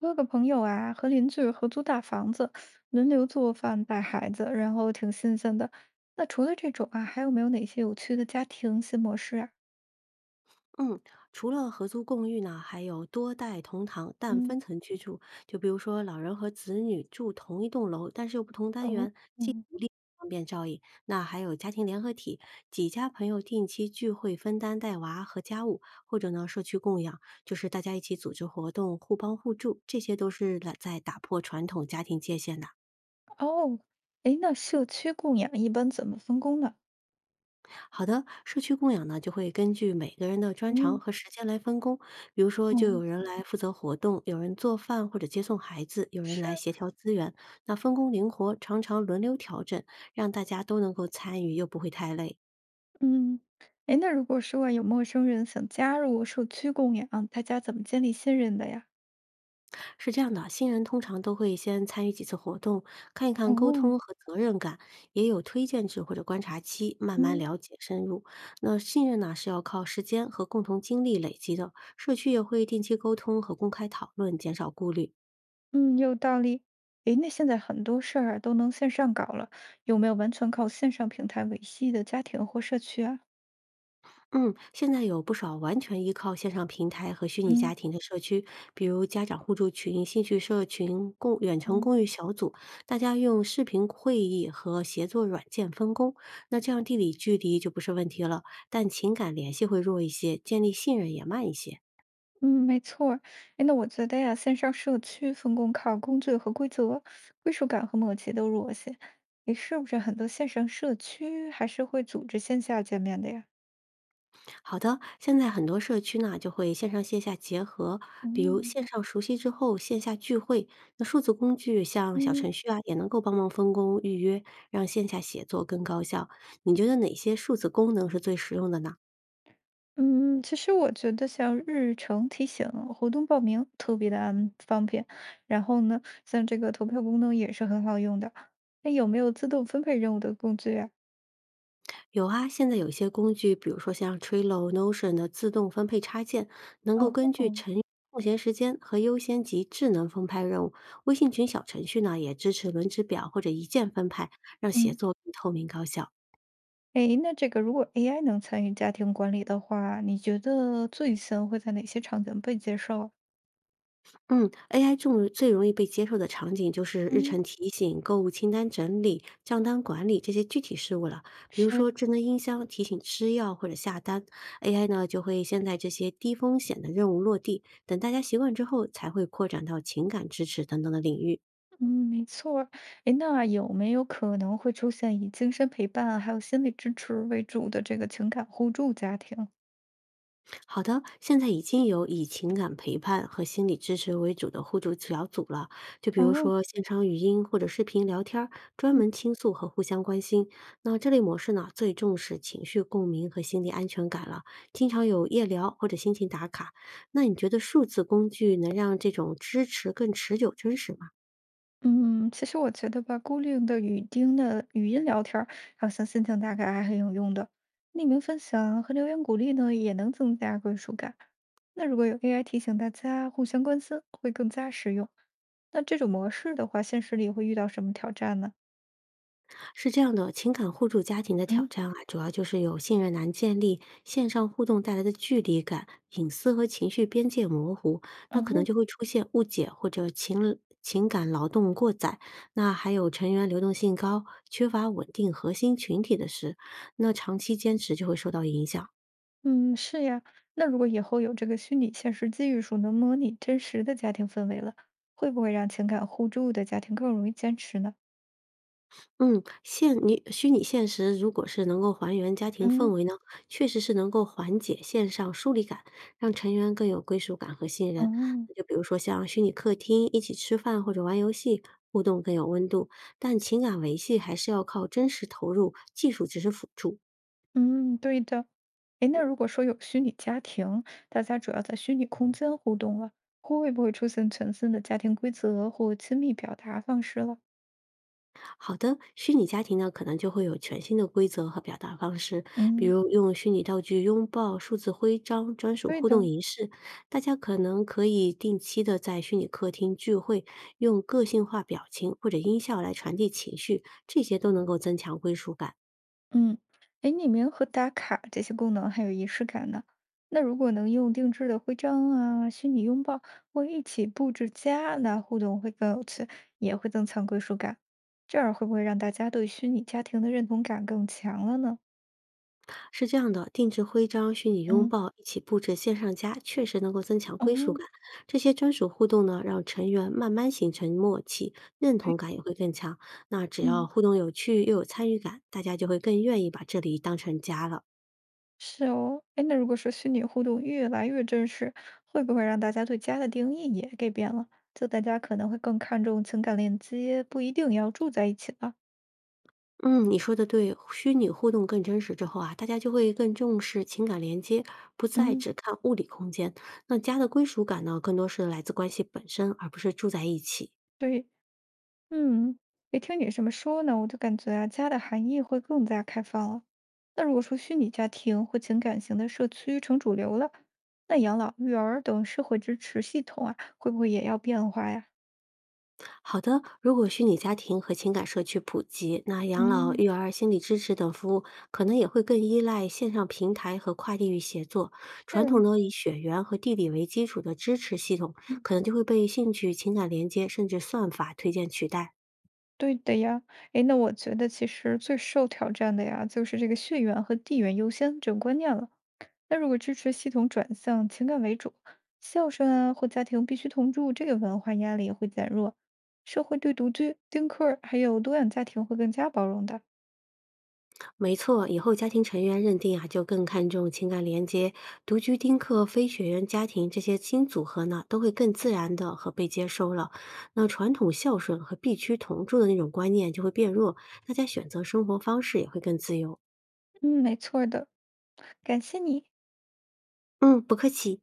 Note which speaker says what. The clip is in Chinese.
Speaker 1: 我有个朋友啊，和邻居合租大房子，轮流做饭带孩子，然后挺新鲜的。那除了这种啊，还有没有哪些有趣的家庭新模式啊？
Speaker 2: 嗯，除了合租共寓呢，还有多代同堂但
Speaker 1: 嗯，
Speaker 2: 分层居住，就比如说老人和子女住同一栋楼，但是又不同单
Speaker 1: 哦，
Speaker 2: 元，既
Speaker 1: 嗯，
Speaker 2: 独立方便照应。那还有家庭联合体，几家朋友定期聚会分担带娃和家务，或者呢社区供养，就是大家一起组织活动，互帮互助，这些都是来在打破传统家庭界限的。
Speaker 1: 哦，诶，那社区供养一般怎么分工呢？
Speaker 2: 好的，社区供养呢，就会根据每个人的专长
Speaker 1: 嗯，
Speaker 2: 和时间来分工。比如说，就有
Speaker 1: 哦，
Speaker 2: 人来负责活动，有人做饭或者接送孩子，有人来
Speaker 1: 是，
Speaker 2: 协调资源。那分工灵活，常常轮流调整，让大家都能够参与，又不会太累。
Speaker 1: 嗯，诶，那如果说啊有陌生人想加入社区供养，大家怎么建立信任的呀？
Speaker 2: 是这样的，新人通常都会先参与几次活动，看一看沟
Speaker 1: 哦，
Speaker 2: 通和责任感，也有推荐制或者观察期，慢慢
Speaker 1: 嗯。
Speaker 2: 了解深入。那信任呢，是要靠时间和共同经历累积的。社区也会定期沟通和公开讨论，减少顾虑。
Speaker 1: 嗯，有道理。诶，那现在很多事儿啊都能线上搞了，有没有完全靠线上平台维系的家庭或社区啊？
Speaker 2: 嗯，现在有不少完全依靠线上平台和虚拟家
Speaker 1: 嗯
Speaker 2: 庭的社区，比如家长互助群、兴趣社群、共远程
Speaker 1: 嗯
Speaker 2: 公寓小组，大家用视频会议和协作软件分工，那这样地理距离就不是问题了，但情感联系会弱一些，建立信任也慢一些。
Speaker 1: 嗯，没错儿。哎，那我觉得呀，线上社区分工靠工具和规则，归属感和默契都弱些。诶，是不是很多线上社区还是会组织线下见面的呀？
Speaker 2: 好的，现在很多社区呢就会线上线下结合，比如
Speaker 1: 嗯，
Speaker 2: 线上熟悉之后线下聚会。那数字工具像小程
Speaker 1: 嗯。
Speaker 2: 序啊，也能够帮忙分工预约，让线下写作更高效。你觉得哪些数字功能是最实用的呢？
Speaker 1: 嗯，其实我觉得像日程提醒、活动报名特别的安方便，然后呢，像这个投票功能也是很好用的。那有没有自动分配任务的工具啊？
Speaker 2: 有啊，现在有一些工具，比如说像 Trello、Notion 的自动分配插件，能够
Speaker 1: 哦
Speaker 2: 根据
Speaker 1: 哦，
Speaker 2: 成员空闲时间和优先级智能分派任务。微信群小程序呢也支持轮值表或者一键分派，让写
Speaker 1: 嗯，
Speaker 2: 作更透明高效。
Speaker 1: 哎，那这个如果 AI 能参与家庭管理的话，你觉得最先会在哪些场景被接受啊。
Speaker 2: 嗯，AI 中最容易被接受的场景就是日
Speaker 1: 嗯，
Speaker 2: 程提醒、购物清单整理、账单管理这些具体事务了。比如
Speaker 1: 是，
Speaker 2: 说智能音箱提醒吃药或者下单，AI 呢就会先在这些低风险的任务落地，等大家习惯之后，才会扩展到情感支持等等的领域。
Speaker 1: 嗯，没错儿。哎，那有没有可能会出现以精神陪伴还有心理支持为主的这个情感互助家庭？
Speaker 2: 好的，现在已经有以情感陪伴和心理支持为主的互助小组了，就比如
Speaker 1: 哦，
Speaker 2: 说线上语音或者视频聊天儿专门倾诉和互相关心。那这类模式呢，最重视情绪共鸣和心理安全感了，经常有夜聊或者心情打卡。那你觉得数字工具能让这种支持更持久、真实吗？
Speaker 1: 嗯，其实我觉得吧，固定的语音的语音聊天儿，还有像心情大概还很有用的。匿名分享和留言鼓励呢，也能增加归属感。那如果有 AI 提醒大家互相关心，会更加实用。那这种模式的话，现实里会遇到什么挑战呢？
Speaker 2: 是这样的，情感互助家庭的挑
Speaker 1: 嗯，
Speaker 2: 战啊，主要就是有信任难建立，线上互动带来的距离感、隐私和情绪边界模糊，那可能
Speaker 1: 哦，
Speaker 2: 就会出现误解或者情感劳动过载。那还有成员流动性高，缺乏稳定核心群体的事，那长期坚持就会受到影响。
Speaker 1: 嗯，是呀。那如果以后有这个虚拟现实技术能模拟真实的家庭氛围了，会不会让情感互助的家庭更容易坚持呢？
Speaker 2: 嗯，现你虚拟现实如果是能够还原家庭氛
Speaker 1: 嗯，
Speaker 2: 围呢，确实是能够缓解线上疏离感，让成员更有归属感和信任。
Speaker 1: 哦。
Speaker 2: 那就比如说像虚拟客厅一起吃饭或者玩游戏，互动更有温度。但情感维系还是要靠真实投入，技术只是辅助。
Speaker 1: 嗯，对的。诶，那如果说有虚拟家庭，大家主要在虚拟空间互动了，会不会出现全新的家庭规则或亲密表达方式了？
Speaker 2: 好的，虚拟家庭呢，可能就会有全新的规则和表达方式，比
Speaker 1: 嗯，
Speaker 2: 如用虚拟道具拥抱、数字徽章、专属
Speaker 1: 对
Speaker 2: 互动
Speaker 1: 的，
Speaker 2: 仪式。大家可能可以定期的在虚拟客厅聚会，用个性化表情或者音效来传递情绪，这些都能够增强归属感。
Speaker 1: 嗯，哎，匿名和打卡这些功能还有仪式感呢。那如果能用定制的徽章啊、虚拟拥抱或一起布置家，那互动会更有趣，也会增强归属感。这样会不会让大家对虚拟家庭的认同感更强了呢？
Speaker 2: 是这样的，定制徽章、虚拟拥
Speaker 1: 嗯。
Speaker 2: 抱、一起布置线上家，确实能够增强归属
Speaker 1: 哦，
Speaker 2: 感。这些专属互动呢，让成员慢慢形成默契，认
Speaker 1: 对，
Speaker 2: 同感也会更强。那只要
Speaker 1: 嗯。
Speaker 2: 互动有趣又有参与感，大家就会更愿意把这里当成家了。
Speaker 1: 是哦，哎，那如果说虚拟互动越来越真实，会不会让大家对家的定义也给变了？就大家可能会更看重情感链接，不一定要住在一起了。
Speaker 2: 嗯，你说的对，虚拟互动更真实之后啊，大家就会更重视情感连接，不再
Speaker 1: 嗯，
Speaker 2: 只看物理空间。那家的归属感呢，更多是来自关系本身，而不是住在一起。
Speaker 1: 对，嗯，一听你这么说呢，我就感觉啊，家的含义会更加开放了。那如果说虚拟家庭或情感型的社区成主流了，那养老、育儿等社会支持系统啊，会不会也要变化呀？
Speaker 2: 好的，如果虚拟家庭和情感社区普及，那养老、
Speaker 1: 嗯，
Speaker 2: 育儿、心理支持等服务可能也会更依赖线上平台和跨地域协作。
Speaker 1: 是
Speaker 2: 传统
Speaker 1: 啊，
Speaker 2: 呢以血缘和地理为基础的支持系统，
Speaker 1: 嗯。
Speaker 2: 可能就会被兴趣、情感连接甚至算法推荐取代。
Speaker 1: 对的呀，诶，那我觉得其实最受挑战的呀，就是这个血缘和地缘优先这种观念了。那如果支持系统转向情感为主，孝顺啊或家庭必须同住，这个文化压力也会减弱。社会对独居、丁克儿还有多样家庭会更加包容的。
Speaker 2: 没错，以后家庭成员认定啊，就更看重情感连接。独居丁克、非血缘家庭这些新组合呢，都会更自然的和被接收了。那传统孝顺和必须同住的那种观念就会变弱，大家选择生活方式也会更自由。
Speaker 1: 嗯，没错儿的，感谢你。
Speaker 2: 嗯，不客气。